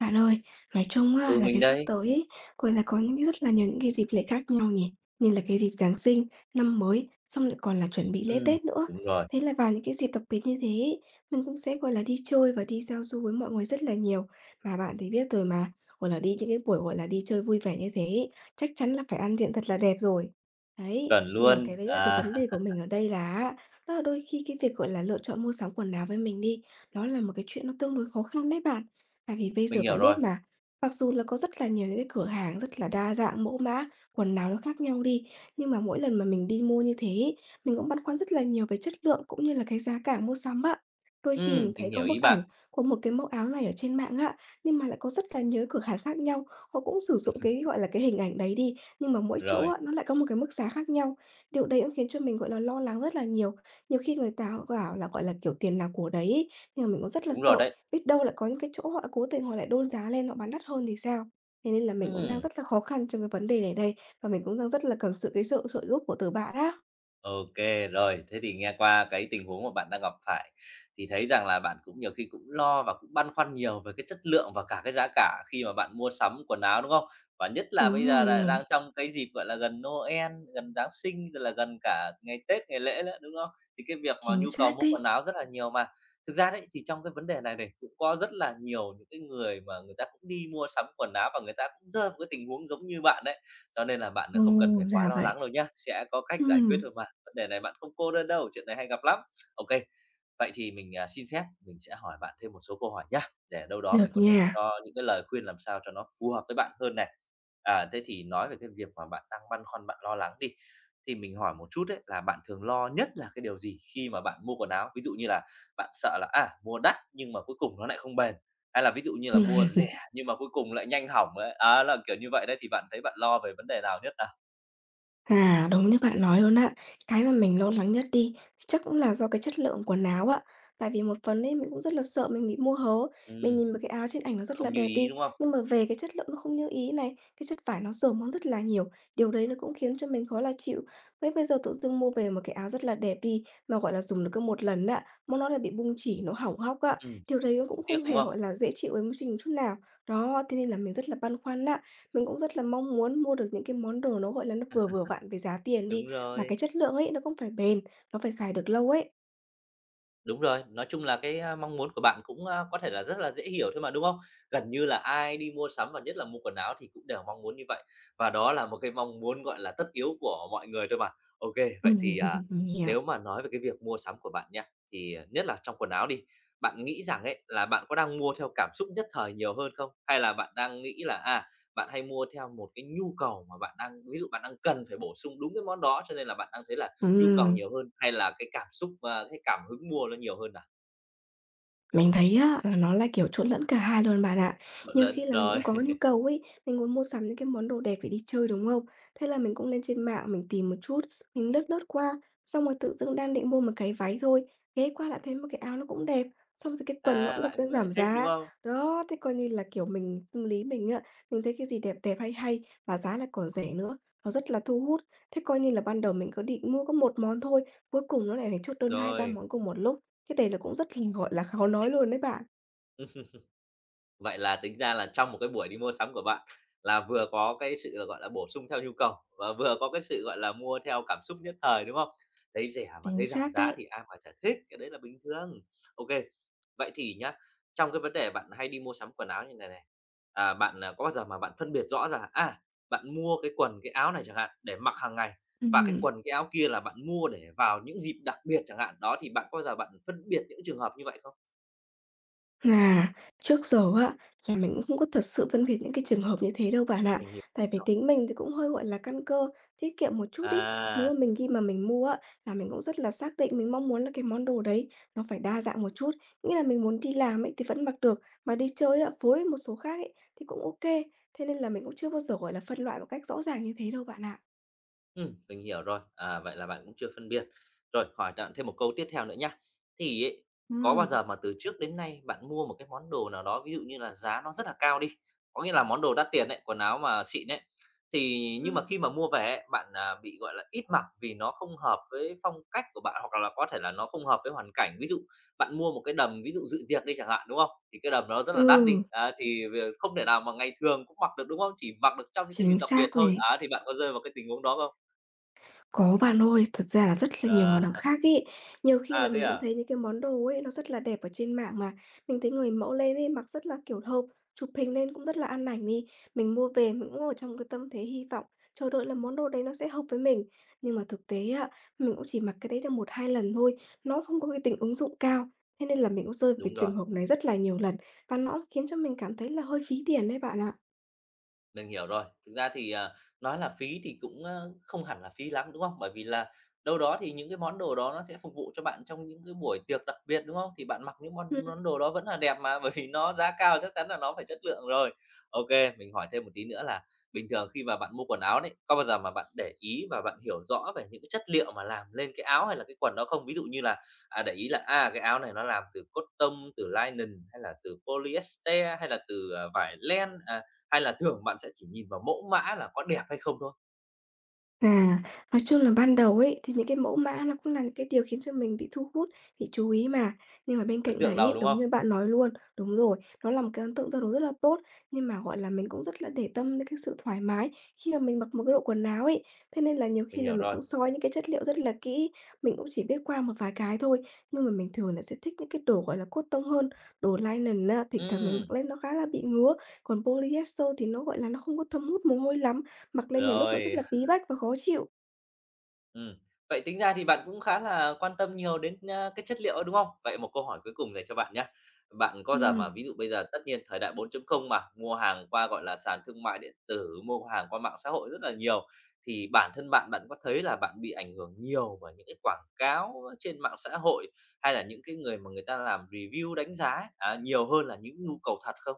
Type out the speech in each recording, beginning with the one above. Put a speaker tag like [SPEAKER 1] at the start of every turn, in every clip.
[SPEAKER 1] Bạn ơi, nói chung á,
[SPEAKER 2] Ừ,
[SPEAKER 1] là
[SPEAKER 2] mình
[SPEAKER 1] cái sắp
[SPEAKER 2] đây.
[SPEAKER 1] tới ấy, gọi là, có những rất là nhiều những cái dịp lễ khác nhau nhỉ, như là cái dịp Giáng sinh, năm mới, xong lại còn là chuẩn bị lễ
[SPEAKER 2] Ừm,
[SPEAKER 1] Tết nữa.
[SPEAKER 2] đúng rồi,
[SPEAKER 1] Thế là vào những cái dịp đặc biệt như thế ấy, mình cũng sẽ, gọi là, đi chơi và đi giao du với mọi người rất là nhiều. Mà bạn thì biết rồi mà, gọi là, đi những cái buổi, gọi là, đi chơi vui vẻ như thế ấy, chắc chắn là phải ăn diện thật là đẹp rồi. Đấy,
[SPEAKER 2] chuẩn
[SPEAKER 1] nhưng mà
[SPEAKER 2] luôn.
[SPEAKER 1] cái đấy là cái
[SPEAKER 2] À,
[SPEAKER 1] vấn đề của mình ở đây là á, đó là đôi khi cái việc, gọi là, lựa chọn mua sắm quần áo với mình đi, đó là một cái chuyện nó tương đối khó khăn đấy bạn. Tại vì bây
[SPEAKER 2] mình
[SPEAKER 1] giờ
[SPEAKER 2] hiểu
[SPEAKER 1] bạn biết
[SPEAKER 2] rồi.
[SPEAKER 1] mà, mặc dù là có rất là nhiều những cái cửa hàng rất là đa dạng mẫu mã, quần áo nó khác nhau đi, nhưng mà mỗi lần mà mình đi mua như thế ấy, mình cũng băn khoăn rất là nhiều về chất lượng cũng như là cái giá cả mua sắm ạ. Đôi khi mình thấy
[SPEAKER 2] Mình
[SPEAKER 1] có
[SPEAKER 2] hiểu ý
[SPEAKER 1] bức ảnh
[SPEAKER 2] bạn.
[SPEAKER 1] của một cái mẫu áo này ở trên mạng ạ, nhưng mà lại có rất là nhiều cái cửa hàng khác nhau, họ cũng sử dụng cái, gọi là, cái hình ảnh đấy đi, nhưng mà mỗi chỗ
[SPEAKER 2] Rồi,
[SPEAKER 1] á, nó lại có một cái mức giá khác nhau. Điều đấy cũng khiến cho mình, gọi là, lo lắng rất là nhiều. Nhiều khi người ta bảo là, gọi là, kiểu, tiền nào của đấy ấy, nhưng mà mình cũng rất là
[SPEAKER 2] đúng rồi
[SPEAKER 1] sợ.
[SPEAKER 2] đấy.
[SPEAKER 1] Biết đâu lại có những cái chỗ họ cố tình họ lại đôn giá lên, họ bán đắt hơn thì sao? Thế nên là mình cũng đang
[SPEAKER 2] Ừm.
[SPEAKER 1] rất là khó khăn trong cái vấn đề này đây, và mình cũng đang rất là cần cái sự trợ giúp của từ bạn á.
[SPEAKER 2] OK, rồi, thế thì nghe qua cái tình huống mà bạn đang gặp phải thì thấy rằng là bạn cũng nhiều khi cũng lo và cũng băn khoăn nhiều về cái chất lượng và cả cái giá cả khi mà bạn mua sắm quần áo, đúng không? Và nhất là
[SPEAKER 1] Đúng
[SPEAKER 2] bây giờ
[SPEAKER 1] rồi
[SPEAKER 2] là
[SPEAKER 1] nè,
[SPEAKER 2] đang trong cái dịp, gọi là, gần Noel, gần Giáng sinh, rồi là gần cả ngày Tết, ngày lễ nữa, đúng không? Thì cái việc mà
[SPEAKER 1] chính
[SPEAKER 2] nhu
[SPEAKER 1] xác
[SPEAKER 2] cầu mua quần
[SPEAKER 1] đấy.
[SPEAKER 2] áo rất là nhiều mà. Thực ra đấy, thì trong cái vấn đề này này, cũng có rất là nhiều những cái người mà người ta cũng đi mua sắm quần áo và người ta cũng rơi vào cái tình huống giống như bạn đấy. Cho nên là bạn,
[SPEAKER 1] Ồ,
[SPEAKER 2] không cần phải quá
[SPEAKER 1] ra
[SPEAKER 2] lo
[SPEAKER 1] vậy.
[SPEAKER 2] lắng đâu nhá, sẽ có cách giải quyết
[SPEAKER 1] Ừm,
[SPEAKER 2] thôi mà, vấn đề này bạn không cô đơn đâu, chuyện này hay gặp lắm. OK, vậy thì mình, xin phép mình sẽ hỏi bạn thêm một số câu hỏi nhá, để đâu đó
[SPEAKER 1] được
[SPEAKER 2] mình có thể
[SPEAKER 1] nha.
[SPEAKER 2] cho những cái lời khuyên làm sao cho nó phù hợp với bạn hơn này. À, thế thì nói về cái việc mà bạn đang băn khoăn, bạn lo lắng đi, thì mình hỏi một chút đấy là bạn thường lo nhất là cái điều gì khi mà bạn mua quần áo? Ví dụ như là bạn sợ là, mua đắt nhưng mà cuối cùng nó lại không bền, hay là ví dụ như là mua rẻ nhưng mà cuối cùng lại nhanh hỏng ấy, á, là kiểu như vậy đấy, thì bạn thấy bạn lo về vấn đề nào nhất nào?
[SPEAKER 1] À, đúng như bạn nói luôn ạ. Cái mà mình lo lắng nhất đi, chắc cũng là do cái chất lượng quần áo ạ. Tại vì một phần ấy mình cũng rất là sợ mình bị mua hớ. Mình
[SPEAKER 2] Ừm,
[SPEAKER 1] nhìn một cái áo trên ảnh nó rất là
[SPEAKER 2] không như
[SPEAKER 1] đẹp
[SPEAKER 2] ý,
[SPEAKER 1] đi,
[SPEAKER 2] đúng không?
[SPEAKER 1] nhưng mà về cái chất lượng nó không như ý này, cái chất vải nó rườm ra rất là nhiều. Điều đấy nó cũng khiến cho mình khó là chịu. Mấy bây giờ tự dưng mua về một cái áo rất là đẹp đi, mà gọi là dùng được có một lần ạ mà nó lại bị bung chỉ, nó hỏng hóc ạ.
[SPEAKER 2] Ừm,
[SPEAKER 1] Điều đấy nó cũng
[SPEAKER 2] cũng tiếc,
[SPEAKER 1] không
[SPEAKER 2] đúng
[SPEAKER 1] hề
[SPEAKER 2] không?
[SPEAKER 1] gọi là dễ chịu với mình chút nào. Đó, thế nên là mình rất là băn khoăn ạ. Mình cũng rất là mong muốn mua được những cái món đồ nó, gọi là, nó vừa vừa vặn về giá tiền đi,
[SPEAKER 2] Đúng
[SPEAKER 1] mà
[SPEAKER 2] rồi.
[SPEAKER 1] cái chất lượng ấy nó cũng phải bền, nó phải xài được lâu ấy.
[SPEAKER 2] Đúng rồi, nói chung là cái, mong muốn của bạn cũng, có thể là rất là dễ hiểu thôi mà, đúng không? Gần như là ai đi mua sắm và nhất là mua quần áo thì cũng đều mong muốn như vậy, và đó là một cái mong muốn, gọi là, tất yếu của mọi người thôi mà. OK,
[SPEAKER 1] Ừm,
[SPEAKER 2] vậy thì,
[SPEAKER 1] mình hiểu.
[SPEAKER 2] nếu mà nói về cái việc mua sắm của bạn nha, thì, nhất là trong quần áo đi, bạn nghĩ rằng ấy là bạn có đang mua theo cảm xúc nhất thời nhiều hơn không? Hay là bạn đang nghĩ là, bạn hay mua theo một cái nhu cầu mà bạn đang ví dụ bạn đang cần phải bổ sung đúng cái món đó, cho nên là bạn đang thấy là nhu cầu
[SPEAKER 1] Ừm.
[SPEAKER 2] nhiều hơn hay là cái cảm xúc, và cái cảm hứng mua nó nhiều hơn à?
[SPEAKER 1] Mình thấy á là nó là, kiểu, trộn lẫn cả hai luôn bạn ạ.
[SPEAKER 2] Trộn
[SPEAKER 1] Nhiều khi
[SPEAKER 2] lẫn,
[SPEAKER 1] là mình
[SPEAKER 2] rồi,
[SPEAKER 1] cũng có nhu cầu ấy, mình muốn mua sắm những cái món đồ đẹp để đi chơi, đúng không? Thế là mình cũng lên trên mạng mình tìm một chút, mình lướt lướt qua, xong rồi tự dưng đang định mua một cái váy thôi, ghé qua lại thấy một cái áo nó cũng đẹp, xong rồi cái quần nó
[SPEAKER 2] à,
[SPEAKER 1] cũng được
[SPEAKER 2] lại
[SPEAKER 1] đang
[SPEAKER 2] lại
[SPEAKER 1] giảm
[SPEAKER 2] thích, đúng
[SPEAKER 1] giá.
[SPEAKER 2] không?
[SPEAKER 1] Đó, thế coi như là, kiểu, mình tâm lý mình á, mình thấy cái gì đẹp đẹp, hay hay mà giá lại còn rẻ nữa, nó rất là thu hút. Thế coi như là ban đầu mình có định mua có một món thôi, cuối cùng nó lại phải chốt đơn 2 3
[SPEAKER 2] Rồi.
[SPEAKER 1] món cùng một lúc, cái này là cũng rất là, gọi là, khó nói luôn đấy bạn.
[SPEAKER 2] Vậy là tính ra là trong một cái buổi đi mua sắm của bạn là vừa có cái sự là, gọi là, bổ sung theo nhu cầu và vừa có cái sự, gọi là, mua theo cảm xúc nhất thời, đúng không? Thấy rẻ mà
[SPEAKER 1] Chính
[SPEAKER 2] thấy giảm
[SPEAKER 1] xác
[SPEAKER 2] giá
[SPEAKER 1] đấy.
[SPEAKER 2] thì ai mà chả thích, cái đấy là bình thường. OK, vậy thì nhá, trong cái vấn đề bạn hay đi mua sắm quần áo như này này, bạn, có bao giờ mà bạn phân biệt rõ ra là, bạn mua cái quần, cái áo này chẳng hạn để mặc hàng ngày và cái
[SPEAKER 1] Ừm,
[SPEAKER 2] quần, cái áo kia là bạn mua để vào những dịp đặc biệt chẳng hạn, đó, thì bạn có bao giờ bạn phân biệt những trường hợp như vậy không?
[SPEAKER 1] à, trước giờ á, là mình cũng không có thật sự phân biệt những cái trường hợp như thế đâu bạn ạ.
[SPEAKER 2] Mình hiểu
[SPEAKER 1] Tại vì
[SPEAKER 2] rồi.
[SPEAKER 1] tính mình thì cũng hơi, gọi là, căn cơ, tiết kiệm một chút ấy. Nếu mà
[SPEAKER 2] À.
[SPEAKER 1] mình khi mà mình mua á, là mình cũng rất là xác định mình mong muốn là cái món đồ đấy nó phải đa dạng một chút. Nghĩa là mình muốn đi làm ấy thì vẫn mặc được, mà đi chơi á, phối một số khác ấy thì cũng ô kê. Thế nên là mình cũng chưa bao giờ, gọi là, phân loại một cách rõ ràng như thế đâu bạn ạ.
[SPEAKER 2] Mình hiểu rồi. À, vậy là bạn cũng chưa phân biệt. Rồi, hỏi bạn thêm một câu tiếp theo nữa nhá. Thì ấy, có bao
[SPEAKER 1] Ừm.
[SPEAKER 2] giờ mà từ trước đến nay bạn mua một cái món đồ nào đó, ví dụ như là giá nó rất là cao đi, có nghĩa là món đồ đắt tiền đấy quần áo mà xịn đấy thì nhưng
[SPEAKER 1] Ừm.
[SPEAKER 2] mà khi mà mua về ấy, bạn, bị, gọi là, ít mặc vì nó không hợp với phong cách của bạn, hoặc là có thể là nó không hợp với hoàn cảnh. Ví dụ bạn mua một cái đầm, ví dụ dự tiệc đi chẳng hạn, đúng không? Thì cái đầm nó rất là đắt đi,
[SPEAKER 1] Ừ,
[SPEAKER 2] á, thì không thể nào mà ngày thường cũng mặc được, đúng không? Chỉ mặc được trong những cái dịp
[SPEAKER 1] chính
[SPEAKER 2] đặc biệt
[SPEAKER 1] xác
[SPEAKER 2] thôi.
[SPEAKER 1] này.
[SPEAKER 2] Á, thì bạn có rơi vào cái tình huống đó không?
[SPEAKER 1] Có bạn ơi, thật ra là rất là nhiều
[SPEAKER 2] Ờ,
[SPEAKER 1] món ăn khác ý. Nhiều khi là
[SPEAKER 2] à, thế
[SPEAKER 1] mình cũng
[SPEAKER 2] à?
[SPEAKER 1] thấy những cái món đồ ấy nó rất là đẹp ở trên mạng mà. Mình thấy người mẫu lên ấy mặc rất là kiểu hợp, chụp hình lên cũng rất là ăn ảnh đi. Mình mua về mình cũng ở trong cái tâm thế hy vọng, chờ đợi là món đồ đấy nó sẽ hợp với mình. Nhưng mà thực tế ạ, mình cũng chỉ mặc cái đấy được một 2 lần thôi, nó không có cái tính ứng dụng cao. Thế nên là mình cũng rơi vào cái
[SPEAKER 2] Đúng rồi,
[SPEAKER 1] trường hợp này rất là nhiều lần và nó khiến cho mình cảm thấy là hơi phí tiền đấy bạn ạ.
[SPEAKER 2] mình hiểu rồi. Thực ra thì, nói là phí thì cũng, không hẳn là phí lắm, đúng không? Bởi vì là đâu đó thì những cái món đồ đó nó sẽ phục vụ cho bạn trong những cái buổi tiệc đặc biệt, đúng không? Thì bạn mặc những
[SPEAKER 1] Ừ.
[SPEAKER 2] món món đồ đó vẫn là đẹp mà, bởi vì nó giá cao chắc chắn là nó phải chất lượng rồi. OK, mình hỏi thêm một tí nữa là bình thường khi mà bạn mua quần áo đấy, có bao giờ mà bạn để ý và bạn hiểu rõ về những cái chất liệu mà làm lên cái áo hay là cái quần đó không? Ví dụ như là, để ý là, cái áo này nó làm từ cotton, từ linen hay là từ polyester hay là từ, vải len, hay là thường bạn sẽ chỉ nhìn vào mẫu mã là có đẹp hay không thôi,
[SPEAKER 1] À, nói chung là ban đầu ấy, thì những cái mẫu mã nó cũng là những cái điều khiến cho mình bị thu hút, bị chú ý mà. Nhưng mà bên
[SPEAKER 2] ấn
[SPEAKER 1] cạnh đấy
[SPEAKER 2] tượng đầu,
[SPEAKER 1] ấy,
[SPEAKER 2] đúng
[SPEAKER 1] đúng
[SPEAKER 2] không?
[SPEAKER 1] như bạn nói luôn, đúng rồi, nó là một cái ấn tượng tương đối rất là tốt, nhưng mà, gọi là, mình cũng rất là để tâm đến cái sự thoải mái khi mà mình mặc một cái bộ quần áo ấy. Thế nên là nhiều
[SPEAKER 2] Mình
[SPEAKER 1] khi là
[SPEAKER 2] hiểu
[SPEAKER 1] mình
[SPEAKER 2] rồi.
[SPEAKER 1] cũng soi những cái chất liệu rất là kỹ, mình cũng chỉ biết qua một vài cái thôi, nhưng mà mình thường là sẽ thích những cái đồ, gọi là, cotton hơn, đồ nylon á, thỉnh thoảng mình
[SPEAKER 2] Ừm,
[SPEAKER 1] mặc lên nó khá là bị ngứa, còn polyester thì nó, gọi là, nó không có thấm hút mồ hôi lắm. Mặc lên nhiều lúc nó rất
[SPEAKER 2] rồi,
[SPEAKER 1] là bí bách và khó chịu.
[SPEAKER 2] ừm. Vậy tính ra thì bạn cũng khá là quan tâm nhiều đến, cái chất liệu ấy, đúng không? Vậy một câu hỏi cuối cùng dành cho bạn nhé. Bạn có giờ mà
[SPEAKER 1] Ừm,
[SPEAKER 2] ví dụ bây giờ tất nhiên thời đại 4.0 mà, mua hàng qua, gọi là, sàn thương mại điện tử, mua hàng qua mạng xã hội rất là nhiều, thì bản thân bạn, bạn có thấy là bạn bị ảnh hưởng nhiều bởi những cái quảng cáo trên mạng xã hội, hay là những cái người mà người ta làm review đánh giá ấy, nhiều hơn là những nhu cầu thật không?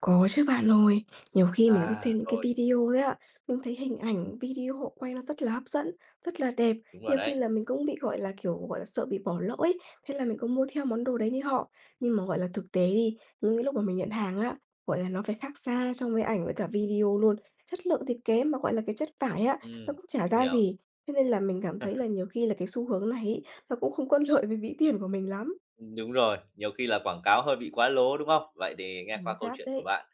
[SPEAKER 1] có chứ bạn ơi. Nhiều khi mình cứ
[SPEAKER 2] À,
[SPEAKER 1] xem những cái
[SPEAKER 2] rồi,
[SPEAKER 1] video đấy ạ, mình thấy hình ảnh, video họ quay nó rất là hấp dẫn, rất là đẹp.
[SPEAKER 2] đúng rồi
[SPEAKER 1] Nhiều khi
[SPEAKER 2] đấy.
[SPEAKER 1] là mình cũng bị, gọi là, kiểu, gọi là, sợ bị bỏ lỗi ấy, thế là mình cũng mua theo món đồ đấy như họ. Nhưng mà, gọi là, thực tế đi, những cái lúc mà mình nhận hàng á, gọi là, nó phải khác xa trong với ảnh với cả video luôn. Chất lượng thì kém mà, gọi là, cái chất vải á, nó
[SPEAKER 2] Ừm,
[SPEAKER 1] cũng chả
[SPEAKER 2] mình
[SPEAKER 1] ra
[SPEAKER 2] hiểu.
[SPEAKER 1] gì. Thế nên là mình cảm thấy là nhiều khi là cái xu hướng này ấy, nó cũng không có lợi với ví tiền của mình lắm.
[SPEAKER 2] Đúng rồi, nhiều khi là quảng cáo hơi bị quá lố, đúng không? Vậy thì nghe
[SPEAKER 1] Chính
[SPEAKER 2] qua câu
[SPEAKER 1] xác
[SPEAKER 2] chuyện của
[SPEAKER 1] đấy.
[SPEAKER 2] bạn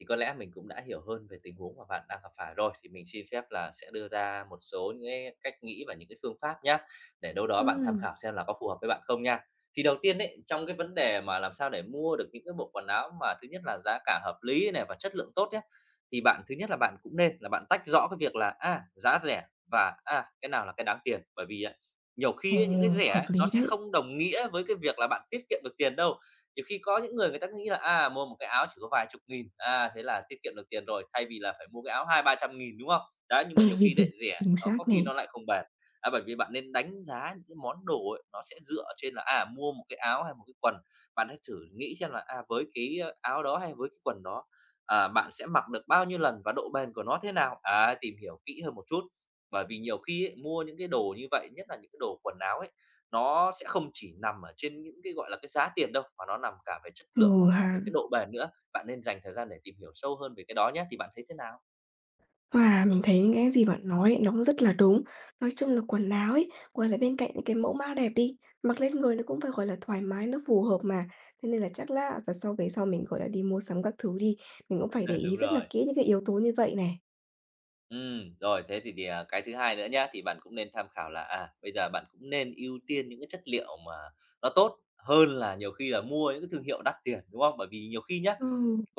[SPEAKER 2] thì có lẽ mình cũng đã hiểu hơn về tình huống mà bạn đang gặp phải rồi, thì mình xin phép là sẽ đưa ra một số những cái cách nghĩ và những cái phương pháp nhá, để đâu đó bạn tham
[SPEAKER 1] Ừm,
[SPEAKER 2] khảo xem là có phù hợp với bạn không nha. Thì đầu tiên đấy trong cái vấn đề mà làm sao để mua được những cái bộ quần áo mà thứ nhất là giá cả hợp lý này và chất lượng tốt nhé, thì bạn thứ nhất là bạn cũng nên là bạn tách rõ cái việc là, giá rẻ và, cái nào là cái đáng tiền. Bởi vì nhiều
[SPEAKER 1] ồ,
[SPEAKER 2] khi ấy, những cái rẻ
[SPEAKER 1] hợp
[SPEAKER 2] ấy, nó
[SPEAKER 1] lý
[SPEAKER 2] sẽ
[SPEAKER 1] đấy.
[SPEAKER 2] không đồng nghĩa với cái việc là bạn tiết kiệm được tiền đâu. Nhiều khi có những người người ta nghĩ là, mua một cái áo chỉ có vài chục nghìn, thế là tiết kiệm được tiền rồi, thay vì là phải mua cái áo hai ba trăm nghìn đúng không? Đấy, nhưng mà nhiều khi lại rẻ,
[SPEAKER 1] Chính
[SPEAKER 2] nó
[SPEAKER 1] xác
[SPEAKER 2] có khi
[SPEAKER 1] này.
[SPEAKER 2] nó lại không bền. À, bởi vì bạn nên đánh giá những cái món đồ ấy, nó sẽ dựa trên là, mua một cái áo hay một cái quần, bạn hãy thử nghĩ xem là, với cái, áo đó hay với cái quần đó, bạn sẽ mặc được bao nhiêu lần và độ bền của nó thế nào? Ấy, tìm hiểu kỹ hơn một chút. Bởi vì nhiều khi ấy, mua những cái đồ như vậy, nhất là những cái đồ quần áo ấy, nó sẽ không chỉ nằm ở trên những cái, gọi là, cái giá tiền đâu, mà nó nằm cả về chất lượng và
[SPEAKER 1] Ừ
[SPEAKER 2] cả về
[SPEAKER 1] ha,
[SPEAKER 2] cái độ bền nữa. Bạn nên dành thời gian để tìm hiểu sâu hơn về cái đó nhé thì bạn thấy thế nào?
[SPEAKER 1] và mình thấy những cái gì bạn nói ấy, nó cũng rất là đúng. Nói chung là quần áo ấy, gọi là, bên cạnh những cái mẫu mã đẹp đi, mặc lên người nó cũng phải, gọi là, thoải mái, nó phù hợp mà. Thế nên là chắc là lần sau về sau mình, gọi là, đi mua sắm các thứ đi, mình cũng phải để
[SPEAKER 2] Ừ,
[SPEAKER 1] ý
[SPEAKER 2] đúng
[SPEAKER 1] rất là
[SPEAKER 2] rồi.
[SPEAKER 1] kỹ những cái yếu tố như vậy này.
[SPEAKER 2] Rồi, thế thì, cái thứ hai nữa nhá, thì bạn cũng nên tham khảo là, bây giờ bạn cũng nên ưu tiên những cái chất liệu mà nó tốt hơn là nhiều khi là mua những cái thương hiệu đắt tiền, đúng không? Bởi vì nhiều khi nhá,
[SPEAKER 1] Ừ,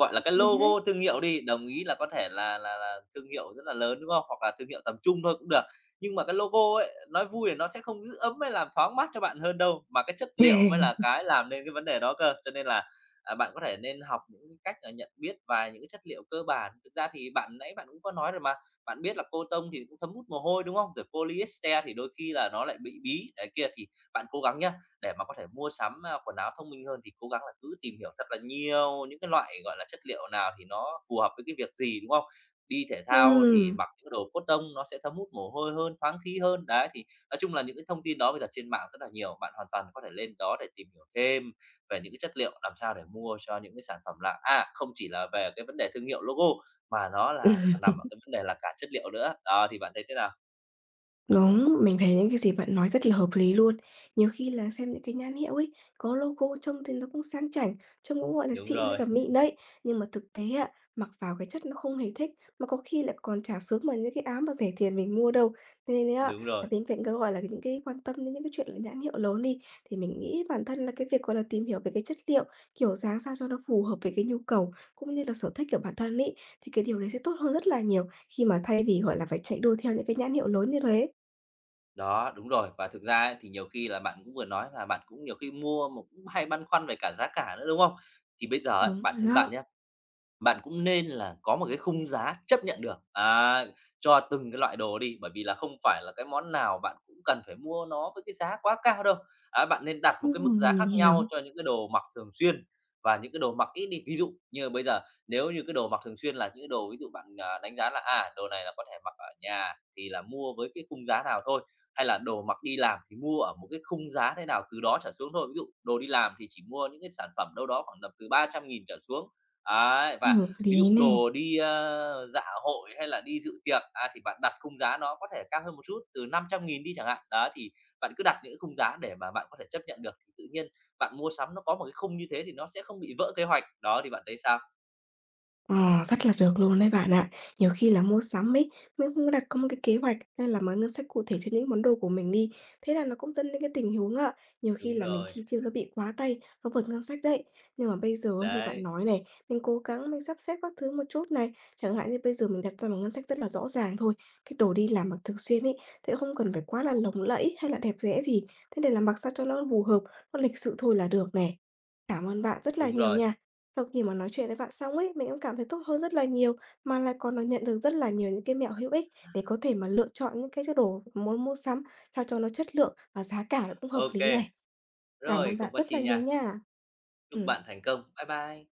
[SPEAKER 1] cũng
[SPEAKER 2] là
[SPEAKER 1] hợp
[SPEAKER 2] cái
[SPEAKER 1] lý
[SPEAKER 2] logo
[SPEAKER 1] đấy.
[SPEAKER 2] thương hiệu đi, đồng ý là có thể là là thương hiệu rất là lớn, đúng không? Hoặc là thương hiệu tầm trung thôi cũng được. Nhưng mà cái logo ấy, nói vui là nó sẽ không giữ ấm hay làm thoáng mát cho bạn hơn đâu, mà cái chất liệu mới là cái làm nên cái vấn đề đó cơ. Cho nên là, bạn có thể nên học những cái cách là nhận biết và những cái chất liệu cơ bản. Thực ra thì bạn nãy bạn cũng có nói rồi mà, bạn biết là cô tông thì cũng thấm hút mồ hôi, đúng không? Rồi polyester thì đôi khi là nó lại bị bí, đấy kia thì bạn cố gắng nhá, để mà có thể mua sắm, quần áo thông minh hơn thì cố gắng là cứ tìm hiểu thật là nhiều những cái loại, gọi là, chất liệu nào thì nó phù hợp với cái việc gì, đúng không? Đi thể thao thì
[SPEAKER 1] Ừm.
[SPEAKER 2] mặc những cái đồ cotton nó sẽ thấm hút mồ hôi hơn, thoáng khí hơn. Đấy, thì nói chung là những cái thông tin đó bây giờ trên mạng rất là nhiều, bạn hoàn toàn có thể lên đó để tìm hiểu thêm về những cái chất liệu làm sao để mua cho những cái sản phẩm là không chỉ là về cái vấn đề thương hiệu logo mà nó là nằm ở cái vấn đề là cả chất liệu nữa. Đó, thì bạn thấy thế nào?
[SPEAKER 1] Đúng, mình thấy những cái gì bạn nói rất là hợp lý luôn. Nhiều khi là xem những cái nhãn hiệu ấy, có logo trông thì nó cũng sang chảnh, trông cũng, gọi là,
[SPEAKER 2] Đúng
[SPEAKER 1] xịn với
[SPEAKER 2] rồi,
[SPEAKER 1] cả mịn đấy, nhưng mà thực tế ạ, mặc vào cái chất nó không hề thích, mà có khi lại còn chả sướng bằng những cái áo mà rẻ tiền mình mua đâu. Thế nên á,
[SPEAKER 2] đúng
[SPEAKER 1] là
[SPEAKER 2] rồi.
[SPEAKER 1] bên cạnh cái, gọi là, những cái quan tâm đến những cái chuyện là nhãn hiệu lớn đi, thì mình nghĩ bản thân là cái việc, gọi là, tìm hiểu về cái chất liệu, kiểu dáng sao cho nó phù hợp với cái nhu cầu cũng như là sở thích của bản thân ấy, thì cái điều đấy sẽ tốt hơn rất là nhiều khi mà thay vì, gọi là, phải chạy đua theo những cái nhãn hiệu lớn như thế.
[SPEAKER 2] Đó, đúng rồi. Và thực ra ấy, thì nhiều khi là bạn cũng vừa nói là bạn cũng nhiều khi mua mà cũng hay băn khoăn về cả giá cả nữa, đúng không? Thì bây giờ ấy,
[SPEAKER 1] Đúng
[SPEAKER 2] bản
[SPEAKER 1] rồi
[SPEAKER 2] thân
[SPEAKER 1] đó.
[SPEAKER 2] bạn nhé. Bạn cũng nên là có một cái khung giá chấp nhận được, cho từng cái loại đồ đi, bởi vì là không phải là cái món nào bạn cũng cần phải mua nó với cái giá quá cao đâu. Á, bạn nên đặt một cái mức giá
[SPEAKER 1] Mình
[SPEAKER 2] khác nhau
[SPEAKER 1] hiểu,
[SPEAKER 2] cho những cái đồ mặc thường xuyên và những cái đồ mặc ít đi. Ví dụ như bây giờ nếu như cái đồ mặc thường xuyên là những cái đồ ví dụ bạn, đánh giá là, đồ này là có thể mặc ở nhà thì là mua với cái khung giá nào thôi, hay là đồ mặc đi làm thì mua ở một cái khung giá thế nào, từ đó trở xuống thôi. Ví dụ đồ đi làm thì chỉ mua những cái sản phẩm đâu đó khoảng tầm từ 300.000 trở xuống. Đấy, và
[SPEAKER 1] hợp
[SPEAKER 2] ví dụ
[SPEAKER 1] lý nè.
[SPEAKER 2] đồ đi, dạ hội hay là đi dự tiệc, thì bạn đặt khung giá nó có thể cao hơn một chút, từ 500.000 đi chẳng hạn. Đó, thì bạn cứ đặt những cái khung giá để mà bạn có thể chấp nhận được, thì tự nhiên bạn mua sắm nó có một cái khung như thế thì nó sẽ không bị vỡ kế hoạch. Đó, thì bạn thấy sao?
[SPEAKER 1] Ờ, rất là được luôn đấy bạn ạ. Nhiều khi là mua sắm ấy, mình không có đặt có một cái kế hoạch hay là một ngân sách cụ thể cho những món đồ của mình đi. Thế là nó cũng dẫn đến cái tình huống ạ, nhiều khi
[SPEAKER 2] Đúng
[SPEAKER 1] là mình
[SPEAKER 2] rồi,
[SPEAKER 1] chi tiêu nó bị quá tay, nó vượt ngân sách đấy. Nhưng mà bây giờ ấy, như bạn
[SPEAKER 2] đấy,
[SPEAKER 1] nói này, mình cố gắng mình sắp xếp các thứ một chút này. Chẳng hạn như bây giờ mình đặt ra một ngân sách rất là rõ ràng thôi. Cái đồ đi làm mặc thường xuyên ấy, thì không cần phải quá là lồng lẫy hay là đẹp đẽ gì. Thế để là mặc sao cho nó phù hợp, nó lịch sự thôi là được này. Cảm ơn bạn rất là
[SPEAKER 2] đúng
[SPEAKER 1] nhiều
[SPEAKER 2] rồi.
[SPEAKER 1] nha. Sau khi mà nói chuyện với bạn xong ấy, mình cũng cảm thấy tốt hơn rất là nhiều, mà lại còn là nhận được rất là nhiều những cái mẹo hữu ích để có thể mà lựa chọn những cái đồ muốn mua sắm sao cho nó chất lượng và giá cả nó cũng hợp lý
[SPEAKER 2] Ok
[SPEAKER 1] này. Cảm
[SPEAKER 2] rồi,
[SPEAKER 1] ơn
[SPEAKER 2] không
[SPEAKER 1] bạn
[SPEAKER 2] có
[SPEAKER 1] rất là
[SPEAKER 2] chi
[SPEAKER 1] nhiều
[SPEAKER 2] nha.
[SPEAKER 1] nha.
[SPEAKER 2] Chúc
[SPEAKER 1] Ừ.
[SPEAKER 2] bạn thành công. Bye bye.